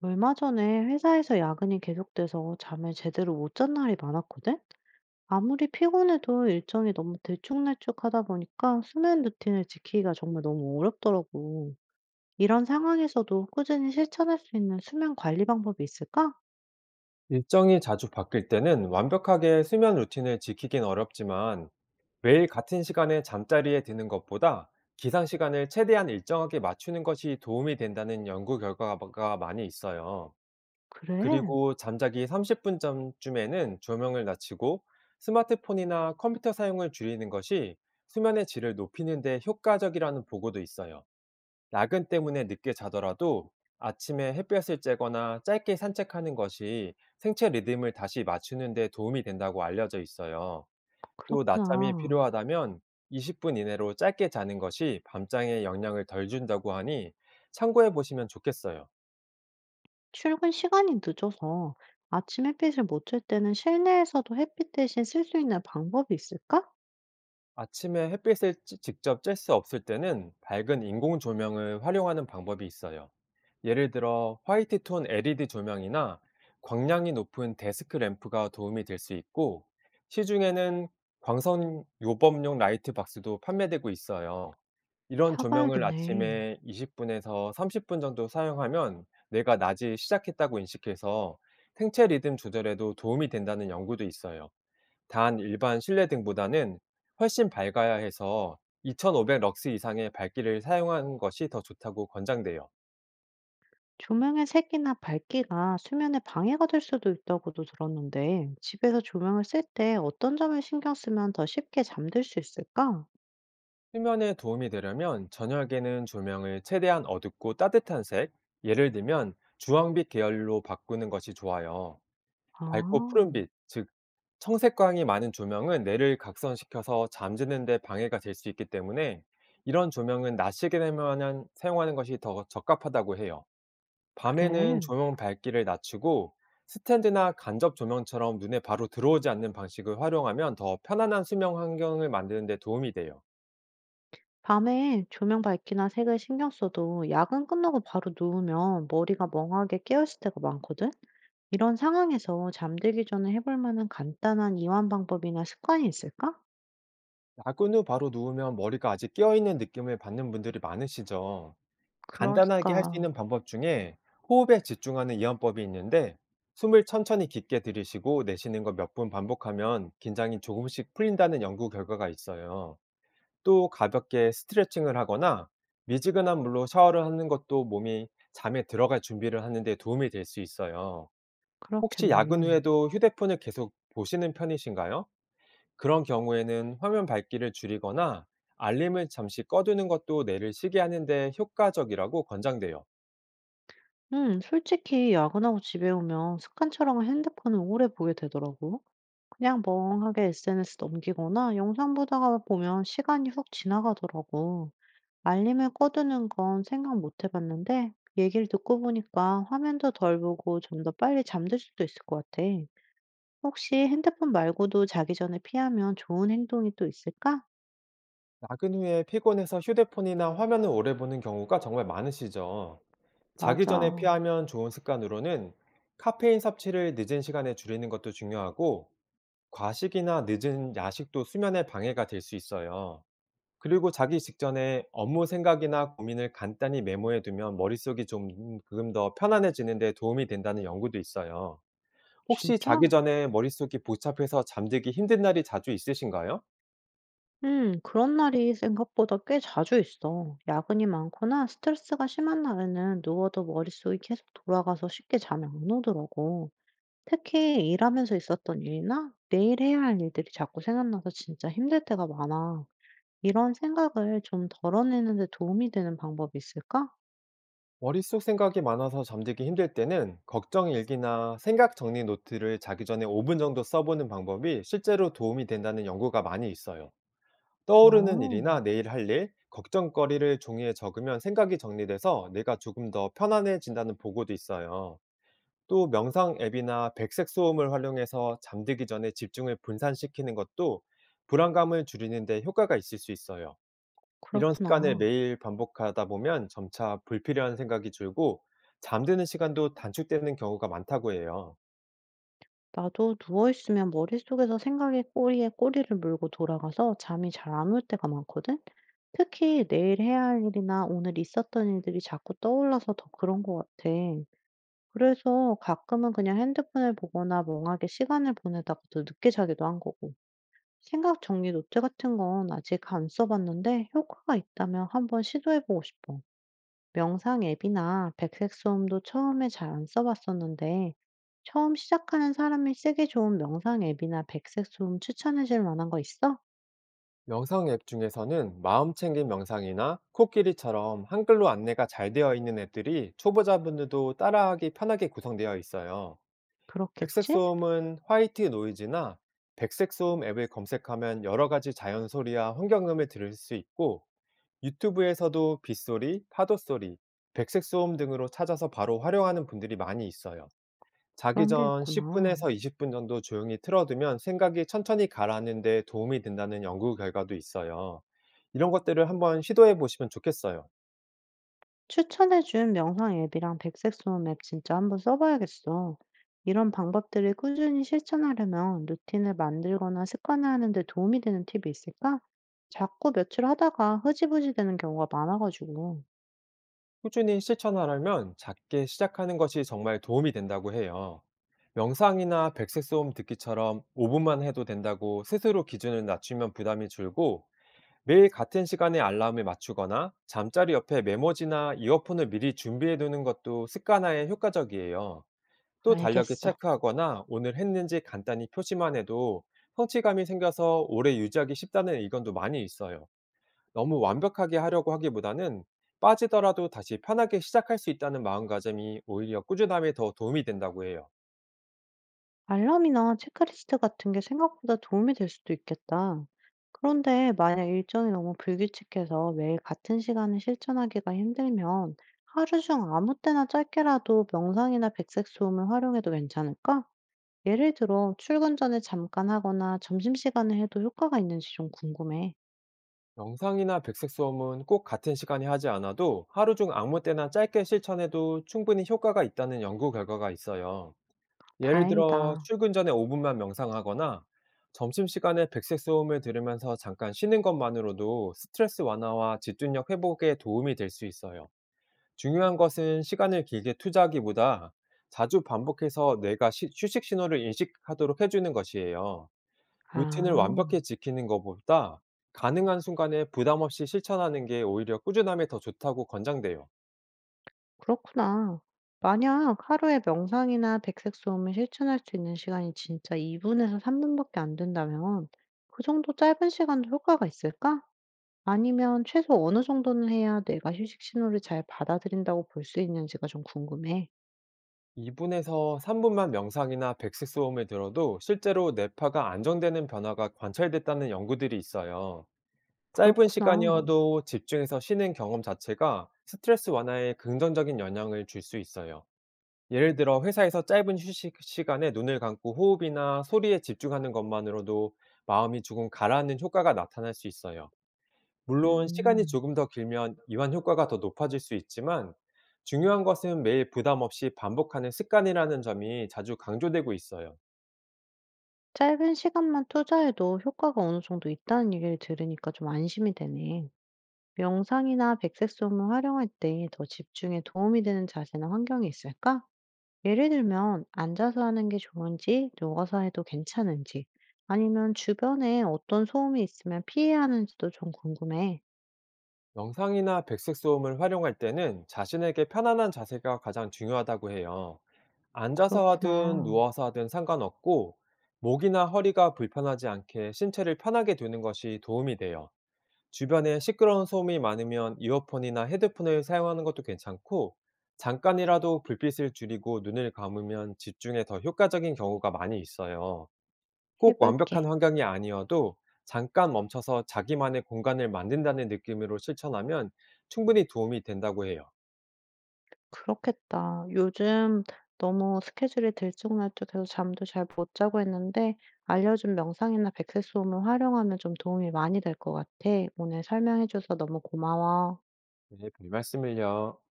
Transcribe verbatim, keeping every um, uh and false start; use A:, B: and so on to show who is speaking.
A: 얼마 전에 회사에서 야근이 계속돼서 잠을 제대로 못 잔 날이 많았거든? 아무리 피곤해도 일정이 너무 들쭉날쭉하다 보니까 수면 루틴을 지키기가 정말 너무 어렵더라고. 이런 상황에서도 꾸준히 실천할 수 있는 수면 관리 방법이 있을까?
B: 일정이 자주 바뀔 때는 완벽하게 수면 루틴을 지키긴 어렵지만 매일 같은 시간에 잠자리에 드는 것보다 기상 시간을 최대한 일정하게 맞추는 것이 도움이 된다는 연구 결과가 많이 있어요.
A: 그래,
B: 그리고 잠자기 삼십 분 전쯤에는 조명을 낮추고 스마트폰이나 컴퓨터 사용을 줄이는 것이 수면의 질을 높이는 데 효과적이라는 보고도 있어요. 야근 때문에 늦게 자더라도 아침에 햇볕을 쬐거나 짧게 산책하는 것이 생체 리듬을 다시 맞추는 데 도움이 된다고 알려져 있어요. 또 낮잠이
A: 그렇구나.
B: 필요하다면 이십 분 이내로 짧게 자는 것이 밤장에 영향을 덜 준다고 하니 참고해 보시면 좋겠어요.
A: 출근 시간이 늦어서 아침 햇빛을 못 쬐 때는 실내에서도 햇빛 대신 쓸 수 있는 방법이 있을까?
B: 아침에 햇빛을 찌- 직접 쬐 수 없을 때는 밝은 인공 조명을 활용하는 방법이 있어요. 예를 들어 화이트 톤 엘이디 조명이나 광량이 높은 데스크 램프가 도움이 될 수 있고, 시중에는 광선 요법용 라이트 박스도 판매되고 있어요. 이런 조명을
A: 사봐야겠네.
B: 아침에 이십 분에서 삼십 분 정도 사용하면 내가 낮이 시작했다고 인식해서 생체 리듬 조절에도 도움이 된다는 연구도 있어요. 단, 일반 실내 등보다는 훨씬 밝아야 해서 이천오백 럭스 이상의 밝기를 사용하는 것이 더 좋다고 권장돼요.
A: 조명의 색이나 밝기가 수면에 방해가 될 수도 있다고도 들었는데, 집에서 조명을 쓸 때 어떤 점을 신경 쓰면 더 쉽게 잠들 수 있을까?
B: 수면에 도움이 되려면 저녁에는 조명을 최대한 어둡고 따뜻한 색, 예를 들면 주황빛 계열로 바꾸는 것이 좋아요. 밝고
A: 아,
B: 푸른빛, 즉 청색광이 많은 조명은 뇌를 각선시켜서 잠드는 데 방해가 될 수 있기 때문에 이런 조명은 낮 시간에만 사용하는 것이 더 적합하다고 해요. 밤에는
A: 그래.
B: 조명 밝기를 낮추고 스탠드나 간접 조명처럼 눈에 바로 들어오지 않는 방식을 활용하면 더 편안한 수면 환경을 만드는 데 도움이 돼요.
A: 밤에 조명 밝기나 색을 신경 써도 야근 끝나고 바로 누우면 머리가 멍하게 깨어있을 때가 많거든? 이런 상황에서 잠들기 전에 해볼 만한 간단한 이완 방법이나 습관이 있을까?
B: 야근 후 바로 누우면 머리가 아직 깨어있는 느낌을 받는 분들이 많으시죠. 간단하게 할 수
A: 그러니까,
B: 있는 방법 중에 호흡에 집중하는 이완법이 있는데, 숨을 천천히 깊게 들이쉬고 내쉬는 거 몇 분 반복하면 긴장이 조금씩 풀린다는 연구 결과가 있어요. 또 가볍게 스트레칭을 하거나 미지근한 물로 샤워를 하는 것도 몸이 잠에 들어갈 준비를 하는 데 도움이 될 수 있어요. 혹시 야근
A: 그렇겠네.
B: 후에도 휴대폰을 계속 보시는 편이신가요? 그런 경우에는 화면 밝기를 줄이거나 알림을 잠시 꺼두는 것도 뇌를 쉬게 하는데 효과적이라고 권장돼요.
A: 음, 솔직히 야근하고 집에 오면 습관처럼 핸드폰을 오래 보게 되더라고. 그냥 멍하게 에스엔에스 넘기거나 영상 보다가 보면 시간이 훅 지나가더라고. 알림을 꺼두는 건 생각 못 해봤는데, 얘기를 듣고 보니까 화면도 덜 보고 좀 더 빨리 잠들 수도 있을 것 같아. 혹시 핸드폰 말고도 자기 전에 피하면 좋은 행동이 또 있을까?
B: 야근 후에 피곤해서 휴대폰이나 화면을 오래 보는 경우가 정말 많으시죠. 자기 전에
A: 맞아.
B: 피하면 좋은 습관으로는 카페인 섭취를 늦은 시간에 줄이는 것도 중요하고, 과식이나 늦은 야식도 수면에 방해가 될 수 있어요. 그리고 자기 직전에 업무 생각이나 고민을 간단히 메모해 두면 머릿속이 조금 더 편안해지는 데 도움이 된다는 연구도 있어요. 혹시 자기
A: 진짜?
B: 전에 머릿속이 복잡해서 잠들기 힘든 날이 자주 있으신가요?
A: 음, 그런 날이 생각보다 꽤 자주 있어. 야근이 많거나 스트레스가 심한 날에는 누워도 머릿속이 계속 돌아가서 쉽게 잠이 안 오더라고. 특히 일하면서 있었던 일이나 내일 해야 할 일들이 자꾸 생각나서 진짜 힘들 때가 많아. 이런 생각을 좀 덜어내는 데 도움이 되는 방법이 있을까?
B: 머릿속 생각이 많아서 잠들기 힘들 때는 걱정 일기나 생각 정리 노트를 자기 전에 오 분 정도 써보는 방법이 실제로 도움이 된다는 연구가 많이 있어요. 떠오르는
A: 어,
B: 일이나 내일 할 일, 걱정거리를 종이에 적으면 생각이 정리돼서 내가 조금 더 편안해진다는 보고도 있어요. 또 명상 앱이나 백색 소음을 활용해서 잠들기 전에 집중을 분산시키는 것도 불안감을 줄이는데 효과가 있을 수 있어요. 이런 습관을
A: 그렇구나.
B: 매일 반복하다 보면 점차 불필요한 생각이 줄고 잠드는 시간도 단축되는 경우가 많다고 해요.
A: 나도 누워 있으면 머릿속에서 생각이 꼬리에 꼬리를 물고 돌아가서 잠이 잘 안 올 때가 많거든? 특히 내일 해야 할 일이나 오늘 있었던 일들이 자꾸 떠올라서 더 그런 것 같아. 그래서 가끔은 그냥 핸드폰을 보거나 멍하게 시간을 보내다가도 늦게 자기도 한 거고. 생각 정리 노트 같은 건 아직 안 써봤는데 효과가 있다면 한번 시도해보고 싶어. 명상 앱이나 백색소음도 처음에 잘 안 써봤었는데, 처음 시작하는 사람이 쓰기 좋은 명상 앱이나 백색소음 추천해 줄 만한 거 있어?
B: 명상 앱 중에서는 마음챙김 명상이나 코끼리처럼 한글로 안내가 잘 되어 있는 앱들이 초보자분들도 따라하기 편하게 구성되어 있어요. 백색
A: 그렇겠지?
B: 소음은 화이트 노이즈나 백색 소음 앱을 검색하면 여러 가지 자연 소리와 환경음을 들을 수 있고, 유튜브에서도 빗소리, 파도 소리, 백색 소음 등으로 찾아서 바로 활용하는 분들이 많이 있어요. 자기
A: 그런 게
B: 전 십
A: 있구나.
B: 분에서 이십 분 정도 조용히 틀어두면 생각이 천천히 가라앉는 데 도움이 된다는 연구 결과도 있어요. 이런 것들을 한번 시도해 보시면 좋겠어요.
A: 추천해 준 명상 앱이랑 백색소음 앱 진짜 한번 써봐야겠어. 이런 방법들을 꾸준히 실천하려면 루틴을 만들거나 습관화하는 데 도움이 되는 팁이 있을까? 자꾸 며칠 하다가 흐지부지 되는 경우가 많아가지고.
B: 꾸준히 실천하려면 작게 시작하는 것이 정말 도움이 된다고 해요. 명상이나 백색 소음 듣기처럼 오 분만 해도 된다고 스스로 기준을 낮추면 부담이 줄고, 매일 같은 시간에 알람을 맞추거나 잠자리 옆에 메모지나 이어폰을 미리 준비해 두는 것도 습관화에 효과적이에요. 또 달력에
A: 알겠어.
B: 체크하거나 오늘 했는지 간단히 표시만 해도 성취감이 생겨서 오래 유지하기 쉽다는 의견도 많이 있어요. 너무 완벽하게 하려고 하기보다는 빠지더라도 다시 편하게 시작할 수 있다는 마음가짐이 오히려 꾸준함에 더 도움이 된다고 해요.
A: 알람이나 체크리스트 같은 게 생각보다 도움이 될 수도 있겠다. 그런데 만약 일정이 너무 불규칙해서 매일 같은 시간을 실천하기가 힘들면 하루 중 아무 때나 짧게라도 명상이나 백색 소음을 활용해도 괜찮을까? 예를 들어 출근 전에 잠깐 하거나 점심시간에 해도 효과가 있는지 좀 궁금해.
B: 명상이나 백색 수험은 꼭 같은 시간에 하지 않아도 하루 중 아무 때나 짧게 실천해도 충분히 효과가 있다는 연구 결과가 있어요. 예를 들어
A: 다행이다.
B: 출근 전에 오 분만 명상하거나 점심시간에 백색 소음을 들으면서 잠깐 쉬는 것만으로도 스트레스 완화와 집중력 회복에 도움이 될 수 있어요. 중요한 것은 시간을 길게 투자하기보다 자주 반복해서 뇌가 시- 휴식 신호를 인식하도록 해주는 것이에요.
A: 아.
B: 루틴을 완벽히 지키는 것보다 가능한 순간에 부담 없이 실천하는 게 오히려 꾸준함에 더 좋다고 권장돼요.
A: 그렇구나. 만약 하루에 명상이나 백색 소음을 실천할 수 있는 시간이 진짜 이 분에서 삼 분밖에 안 된다면 그 정도 짧은 시간도 효과가 있을까? 아니면 최소 어느 정도는 해야 내가 휴식 신호를 잘 받아들인다고 볼 수 있는지가 좀 궁금해.
B: 이 분에서 삼 분만 명상이나 백색소음을 들어도 실제로 뇌파가 안정되는 변화가 관찰됐다는 연구들이 있어요. 짧은
A: 그렇구나.
B: 시간이어도 집중해서 쉬는 경험 자체가 스트레스 완화에 긍정적인 영향을 줄 수 있어요. 예를 들어 회사에서 짧은 휴식 시간에 눈을 감고 호흡이나 소리에 집중하는 것만으로도 마음이 조금 가라앉는 효과가 나타날 수 있어요. 물론 시간이
A: 음.
B: 조금 더 길면 이완 효과가 더 높아질 수 있지만, 중요한 것은 매일 부담 없이 반복하는 습관이라는 점이 자주 강조되고 있어요.
A: 짧은 시간만 투자해도 효과가 어느 정도 있다는 얘기를 들으니까 좀 안심이 되네. 명상이나 백색 소음을 활용할 때 더 집중에 도움이 되는 자세나 환경이 있을까? 예를 들면 앉아서 하는 게 좋은지, 누워서 해도 괜찮은지, 아니면 주변에 어떤 소음이 있으면 피해야 하는지도 좀 궁금해.
B: 명상이나 백색 소음을 활용할 때는 자신에게 편안한 자세가 가장 중요하다고 해요. 앉아서 하든
A: 그렇구나.
B: 누워서 하든 상관없고, 목이나 허리가 불편하지 않게 신체를 편하게 두는 것이 도움이 돼요. 주변에 시끄러운 소음이 많으면 이어폰이나 헤드폰을 사용하는 것도 괜찮고, 잠깐이라도 불빛을 줄이고 눈을 감으면 집중에 더 효과적인 경우가 많이 있어요. 꼭 완벽한
A: 해볼게.
B: 환경이 아니어도 잠깐 멈춰서 자기만의 공간을 만든다는 느낌으로 실천하면 충분히 도움이 된다고 해요.
A: 그렇겠다. 요즘 너무 스케줄이 들쭉날쭉해서 잠도 잘 못 자고 했는데 알려준 명상이나 백색 소음을 활용하면 좀 도움이 많이 될 것 같아. 오늘 설명해줘서 너무 고마워.
B: 네, 별 말씀을요.